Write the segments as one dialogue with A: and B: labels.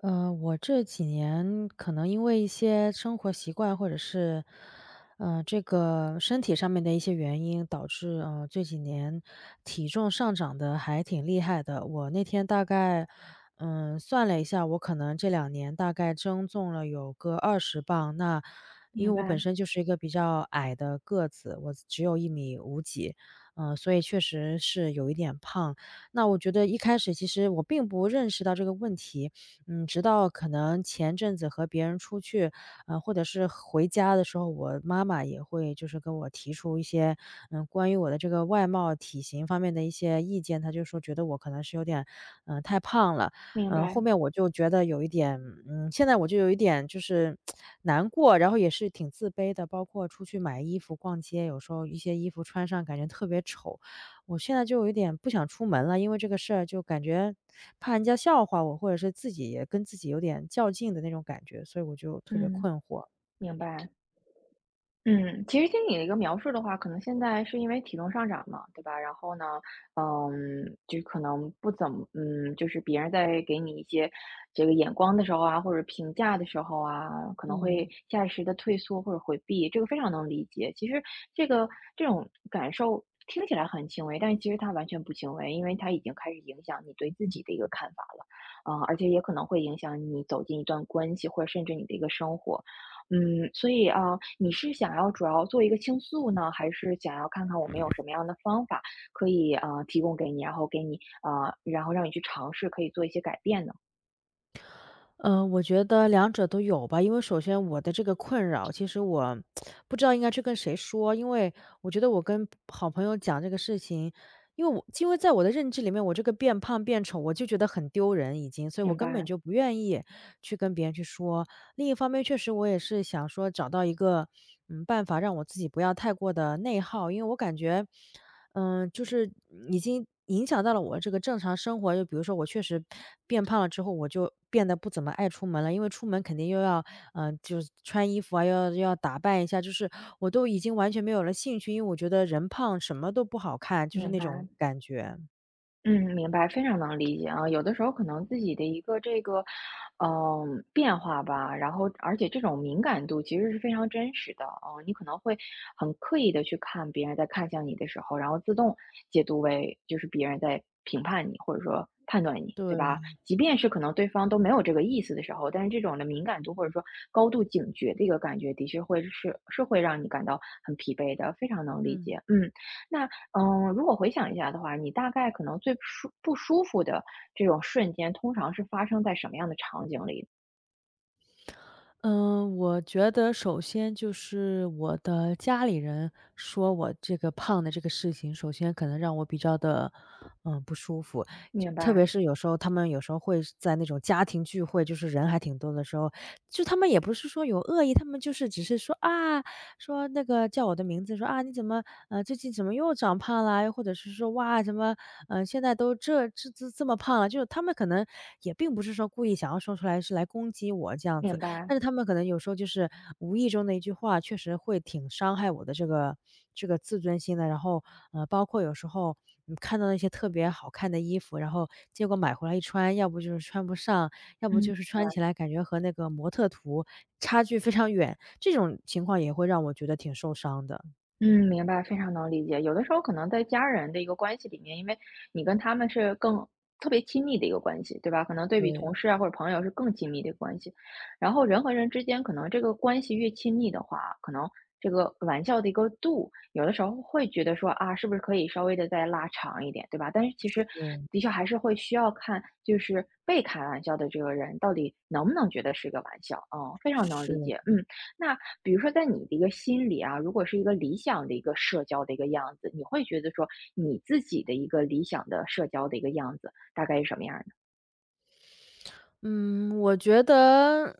A: 我这几年可能因为一些生活习惯，或者是，这个身体上面的一些原因，导致这几年体重上涨的还挺厉害的。我那天大概，算了一下，我可能这2年大概增重了有个20磅。那因
B: 明
A: 为我本
B: 白，
A: 身就是一个比较矮的个子，我只有1米5几，所以确实是有一点胖。那我觉得一开始其实我并不认识到这个问题。直到可能前阵子和别人出去，或者是回家的时候，我妈妈也会就是跟我提出一些，关于我的这个外貌、体型方面的一些意见。她就说觉得我可能是有点，太胖了。
B: 明
A: 后
B: 白，
A: 面我就觉得有一点，现在我就有一点就是难过，然后也是挺自卑的。包括出去买衣服、逛街，有时候一些衣服穿上感觉特别丑，我现在就有点不想出门了，因为这个事儿就感觉怕人家笑话我，或者是自己也跟自己有点较劲的那种感觉，所以我就特别
B: 嗯，
A: 困惑。
B: 明白。嗯，其实听你的一个描述的话，可能现在是因为体重上涨嘛，对吧？然后呢，嗯，就可能不怎么，嗯，就是别人在给你一些这个眼光的时候啊，或者评价的时候啊，可能会
A: 嗯，
B: 下意识的退缩或者回避，这个非常能理解。其实这个这种感受听起来很轻微，但其实它完全不轻微，因为它已经开始影响你对自己的一个看法了，嗯，而且也可能会影响你走进一段关系，或者甚至你的一个生活。嗯，所以啊，你是想要主要做一个倾诉呢，还是想要看看我们有什么样的方法可以啊提供给你，然后给你啊，然后让你去尝试，可以做一些改变呢？
A: 我觉得两者都有吧，因为首先我的这个困扰，其实我不知道应该去跟谁说，因为我觉得我跟好朋友讲这个事情，因为在我的认知里面，我这个变胖变丑，我就觉得很丢人已经，所以我
B: 明
A: 根本
B: 白，
A: 就不愿意去跟别人去说。另一方面，确实我也是想说找到一个，办法让我自己不要太过的内耗。因为我感觉，就是已经影响到了我这个正常生活。就比如说我确实变胖了之后，我就变得不怎么爱出门了，因为出门肯定又要，就是穿衣服啊，要打扮一下，就是我都已经完全没有了兴趣，因为我觉得人胖什么都不好看，就是
B: 明
A: 那种
B: 白。
A: 感觉。
B: 嗯，明白，非常能理解啊。有的时候可能自己的一个这个，嗯、变化吧，然后而且这种敏感度其实是非常真实的啊、你可能会很刻意的去看别人在看向你的时候，然后自动解读为就是别人在评判你或者说判断你，对吧？
A: 对，
B: 即便是可能对方都没有这个意思的时候，但是这种的敏感度或者说高度警觉的一个感觉，的确会是会让你感到很疲惫的，非常能理
A: 嗯。
B: 解。嗯，那嗯，如果回想一下的话，你大概可能最舒不舒服的这种瞬间，通常是发生在什么样的场景里？
A: 嗯，我觉得首先就是我的家里人说我这个胖的这个事情，首先可能让我比较的，不舒服。就
B: 明
A: 特别
B: 白，
A: 是有时候他们有时候会在那种家庭聚会，就是人还挺多的时候，就他们也不是说有恶意，他们就是只是说啊，说那个叫我的名字，说啊你怎么呃最近怎么又长胖啦？又或者是说哇怎么现在都这么胖了？就是他们可能也并不是说故意想要说出来是来攻击我这样子。
B: 明白，
A: 但是他们可能有时候就是无意中的一句话，确实会挺伤害我的这个自尊心的。然后，包括有时候你看到那些特别好看的衣服，然后结果买回来一穿，要不就是穿不上，要不
B: 嗯，
A: 就是穿起来感觉和那个模特图差距非常远，这种情况也会让我觉得挺受伤的。
B: 嗯，明白，非常能理解。有的时候可能在家人的一个关系里面，因为你跟他们是更特别亲密的一个关系，对吧？可能对比
A: 对，
B: 同事啊或者朋友是更亲密的一个关系。然后人和人之间，可能这个关系越亲密的话，可能这个玩笑的一个度，有的时候会觉得说啊，是不是可以稍微的再拉长一点，对吧？但是其实
A: 是，
B: 的确还是会需要看，就是被开玩笑的这个人到底能不能觉得是一个玩笑。嗯，非常能
A: 是。
B: 理解。嗯。那比如说在你的一个心里啊，如果是一个理想的一个社交的一个样子，你会觉得说你自己的一个理想的社交的一个样子大概是什么样儿的？
A: 嗯，我觉得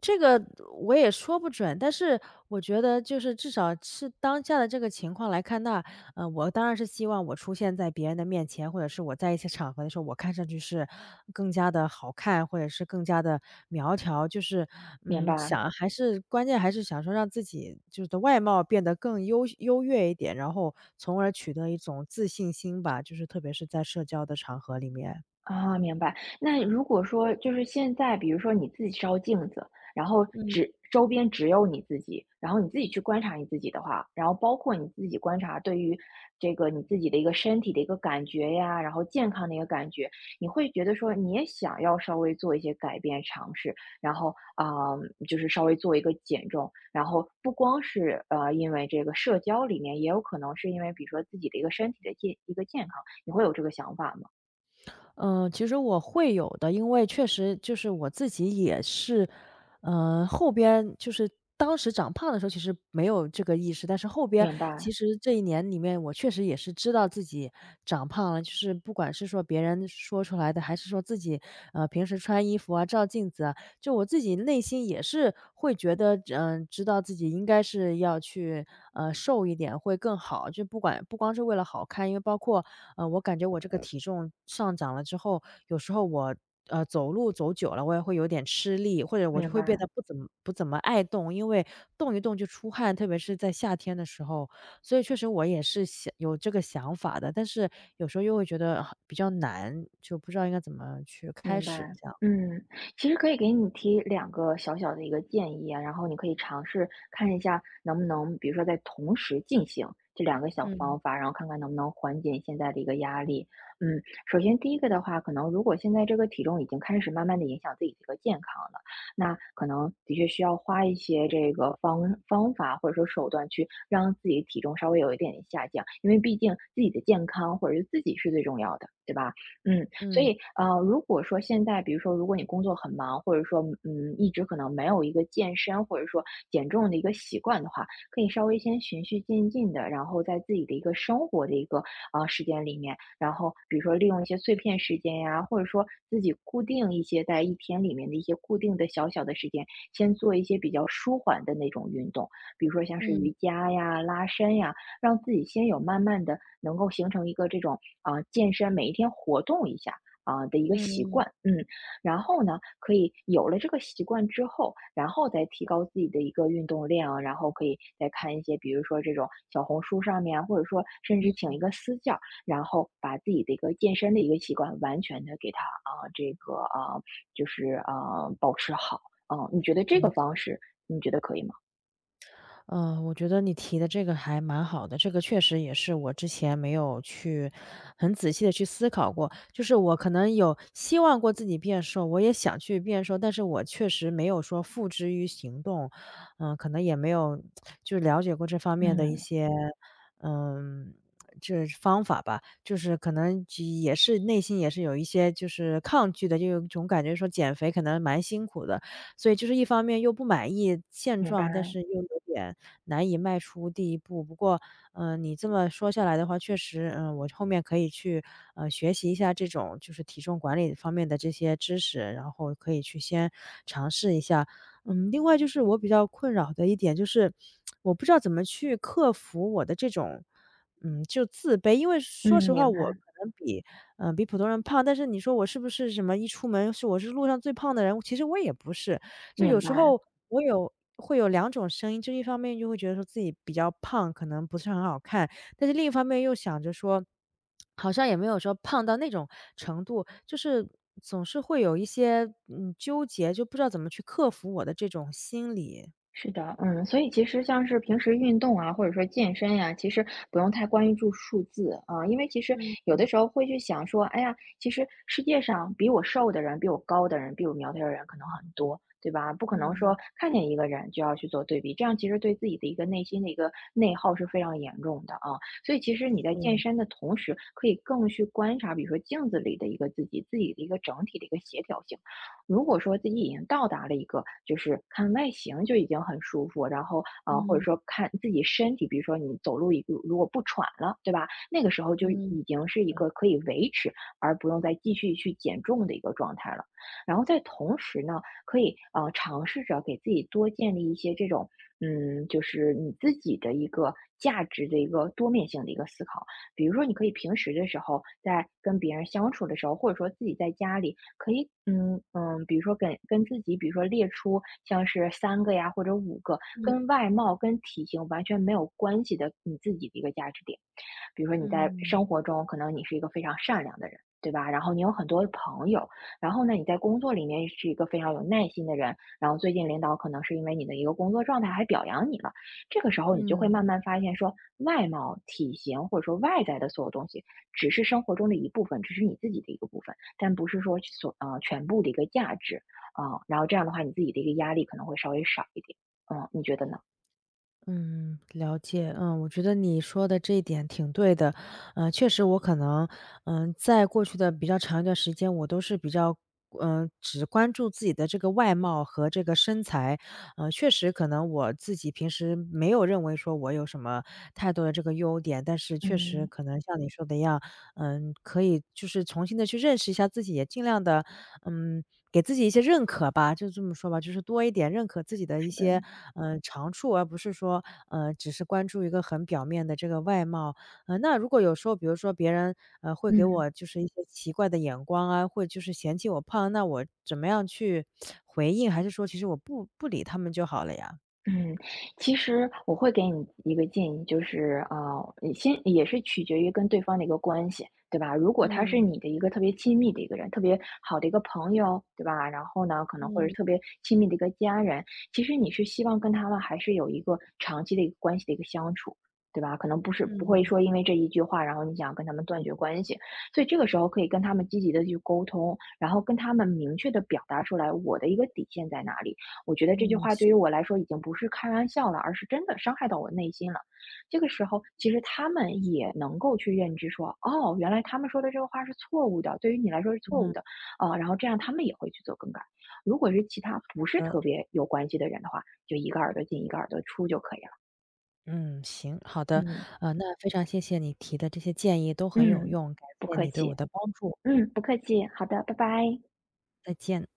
A: 这个我也说不准，但是我觉得就是至少是当下的这个情况来看那，我当然是希望我出现在别人的面前，或者是我在一些场合的时候，我看上去是更加的好看，或者是更加的苗条。就是，
B: 明白。
A: 想还是关键还是想说让自己就是的外貌变得更优越一点，然后从而取得一种自信心吧，就是特别是在社交的场合里面。
B: 啊，明白。那如果说就是现在，比如说你自己照镜子，然后
A: 嗯。
B: 只周边只有你自己，然后你自己去观察你自己的话，然后包括你自己观察对于这个你自己的一个身体的一个感觉呀，然后健康的一个感觉，你会觉得说你也想要稍微做一些改变尝试，然后啊、就是稍微做一个减重，然后不光是因为这个社交里面，也有可能是因为比如说自己的一个身体的一个健康，你会有这个想法吗？
A: 嗯，其实我会有的，因为确实就是我自己也是，后边就是当时长胖的时候其实没有这个意识，但是后边
B: 明白。
A: 其实这1年里面，我确实也是知道自己长胖了，就是不管是说别人说出来的，还是说自己平时穿衣服啊、照镜子啊，就我自己内心也是会觉得，知道自己应该是要去瘦一点会更好，就不光是为了好看，因为包括我感觉我这个体重上涨了之后，有时候我，走路走久了，我也会有点吃力，或者我就
B: 明
A: 会变
B: 白，
A: 得不怎么爱动，因为动一动就出汗，特别是在夏天的时候。所以确实我也是想有这个想法的，但是有时候又会觉得啊比较难，就不知道应该怎么去开
B: 明
A: 始
B: 白。
A: 这样。
B: 嗯，其实可以给你提两个小小的一个建议啊，然后你可以尝试看一下能不能，比如说在同时进行这两个小
A: 嗯，
B: 方法，然后看看能不能缓解你现在的一个压力。嗯，首先第一个的话，可能如果现在这个体重已经开始慢慢的影响自己的一个健康了，那可能的确需要花一些这个方法或者说手段去让自己体重稍微有一点点下降，因为毕竟自己的健康或者是自己是最重要的，对吧？嗯。所
A: 嗯，
B: 以，如果说现在，比如说，如果你工作很忙，或者说，嗯，一直可能没有一个健身或者说减重的一个习惯的话，可以稍微先循序渐进的，然后在自己的一个生活的一个时间里面，然后比如说利用一些碎片时间呀，或者说自己固定一些在一天里面的一些固定的小小的时间，先做一些比较舒缓的那种运动，比如说像是
A: 嗯，
B: 瑜伽呀、拉伸呀，让自己先有慢慢的能够形成一个这种啊、健身，每一天活动一下。啊、的一个习
A: 嗯，
B: 惯，嗯，然后呢，可以有了这个习惯之后，然后再提高自己的一个运动量啊，然后可以再看一些，比如说这种小红书上面啊或者说甚至请一个私教，然后把自己的一个健身的一个习惯完全的给它啊、这个啊、就是啊、保持好，嗯、你觉得这
A: 了
B: 个
A: 解。
B: 方式你觉得可以吗？
A: 嗯，我觉得你提的这个还蛮好的，这个确实也是我之前没有去很仔细的去思考过。就是我可能有希望过自己变瘦，我也想去变瘦，但是我确实没有说付之于行动。嗯，可能也没有就是了解过这方面的一
B: 嗯，
A: 些，嗯，这方法吧。就是可能就也是内心也是有一些就是抗拒的，就有一种感觉说减肥可能蛮辛苦的，所以就是一方面又不满意现
B: 明白，
A: 状，但是又有点难以迈出第一步。不过，你这么说下来的话，确实，我后面可以去，学习一下这种就是体重管理方面的这些知识，然后可以去先尝试一下。另外就是我比较困扰的一点就是，我不知道怎么去克服我的这种，就自卑。因为
B: 嗯，
A: 说实话，
B: 明
A: 我
B: 白，
A: 可能比普通人胖，但是你说我是不是什么一出门是我是路上最胖的人，其实我也不是。就有
B: 明
A: 时
B: 白。
A: 候我会有两种声音，就一方面就会觉得说自己比较胖，可能不是很好看，但是另一方面又想着说，好像也没有说胖到那种程度，就是总是会有一些，纠结，就不知道怎么去克服我的这种心理。
B: 是的，嗯，所以其实像是平时运动啊，或者说健身呀、其实不用太关注数字啊，因为其实
A: 嗯
B: 有的时候会去想说，哎呀，其实世界上比我瘦的人、比我高的人、比我苗条的人可能很多，对吧？不可能说
A: 嗯。
B: 看见一个人就要去做对比，这样其实对自己的一个内心的一个内耗是非常严重的啊。所以其实你在健
A: 是，
B: 身的同时，可以更去观察，比如说镜子里的一个自己，自己的一个整体的一个协调性。如果说自己已经到达了一个就是看外形就已经很舒服，然后啊，或者
A: 嗯
B: 说看自己身体，比如说你走路如果不喘了，对吧？那个时候就已
A: 嗯，
B: 经是一
A: 是的，
B: 个可以维持，而不用再继续去减重的一个状态了。然后在同时呢，可以啊尝试着给自己多建立一些这种，嗯，就是你自己的一个价值的一个多面性的一个思考。比如说，你可以平时的时候，在跟别人相处的时候，或者说自己在家里，可以，嗯嗯，比如说跟自己，比如说列出像是三个呀或者五个
A: 嗯，
B: 跟外貌、跟体型完全没有关系的你自己的一个价值点。比如说你在
A: 嗯
B: 生活中，可能你是一个非常善良的人，对吧？然后你有很多的朋友，然后呢，你在工作里面是一个非常有耐心的人，然后最近领导可能是因为你的一个工作状态还表扬你了，这个时候你就会
A: 嗯。
B: 慢慢发现说，外貌、体型或者说外在的所有东西，只是生活中的一部分，只是你自己的一个部分，但不是说全部的一个价值啊、然后这样的话，你自己的一个压力可能会稍微少一点，嗯，你觉得呢？
A: 嗯，了解。嗯，我觉得你说的这一点挺对的。确实我可能，在过去的比较长一段时间，我都是比较，只关注自己的这个外貌和这个身材。确实可能我自己平时没有认为说我有什么太多的这个优点，但是确实
B: 嗯，
A: 可能像你说的一样，可以就是重新的去认识一下自己，也尽量的嗯，给自己一些认可吧，就这么说吧，就是多一点认可自己的一
B: 是的。
A: 些，长处，而不是说，只是关注一个很表面的这个外貌。那如果有时候比如说别人，会给
B: 嗯。
A: 我就是一些奇怪的眼光啊，会就是嫌弃我胖，那我怎么样去回应？还是说其实我不理他们就好了呀？
B: 嗯，其实我会给你一个建议，就是你先也是取决于跟对方的一个关系，对吧？如果他是
A: 嗯，
B: 你的一个特别亲密的一个人，特别好的一个朋友，对吧？然后呢，可能或者是
A: 嗯，
B: 特别亲密的一个家人，其实你是希望跟他们还是有一个长期的一个关系的一个相处，对吧？可能不会
A: 嗯，
B: 说因为这一句话，然后你想跟他们断绝关系，所以这个时候可以跟他们积极的去沟通，然后跟他们明确的表达出来我的一个底线在哪里。我觉得这句
A: 嗯，
B: 话对
A: 行，
B: 于我来说已经不是开玩笑了，而是真的伤害到我内心了。这个时候，其实他们也能够去认知说，哦，原来他们说的这个话是错误的，对于你来说是错
A: 嗯，
B: 误的，然后这样他们也会去做更改。如果是其他不
A: 好
B: 是
A: 的，
B: 特别有关系的人的话，就一个耳朵进一个耳朵出就可以了。
A: 嗯，行，好的。
B: 嗯
A: 那非常谢谢你提的这些建议都很有
B: 嗯，
A: 用，感
B: 不
A: 谢
B: 客
A: 你对我
B: 气，
A: 的帮助。
B: 嗯，不客气，好的，拜拜。
A: 再见。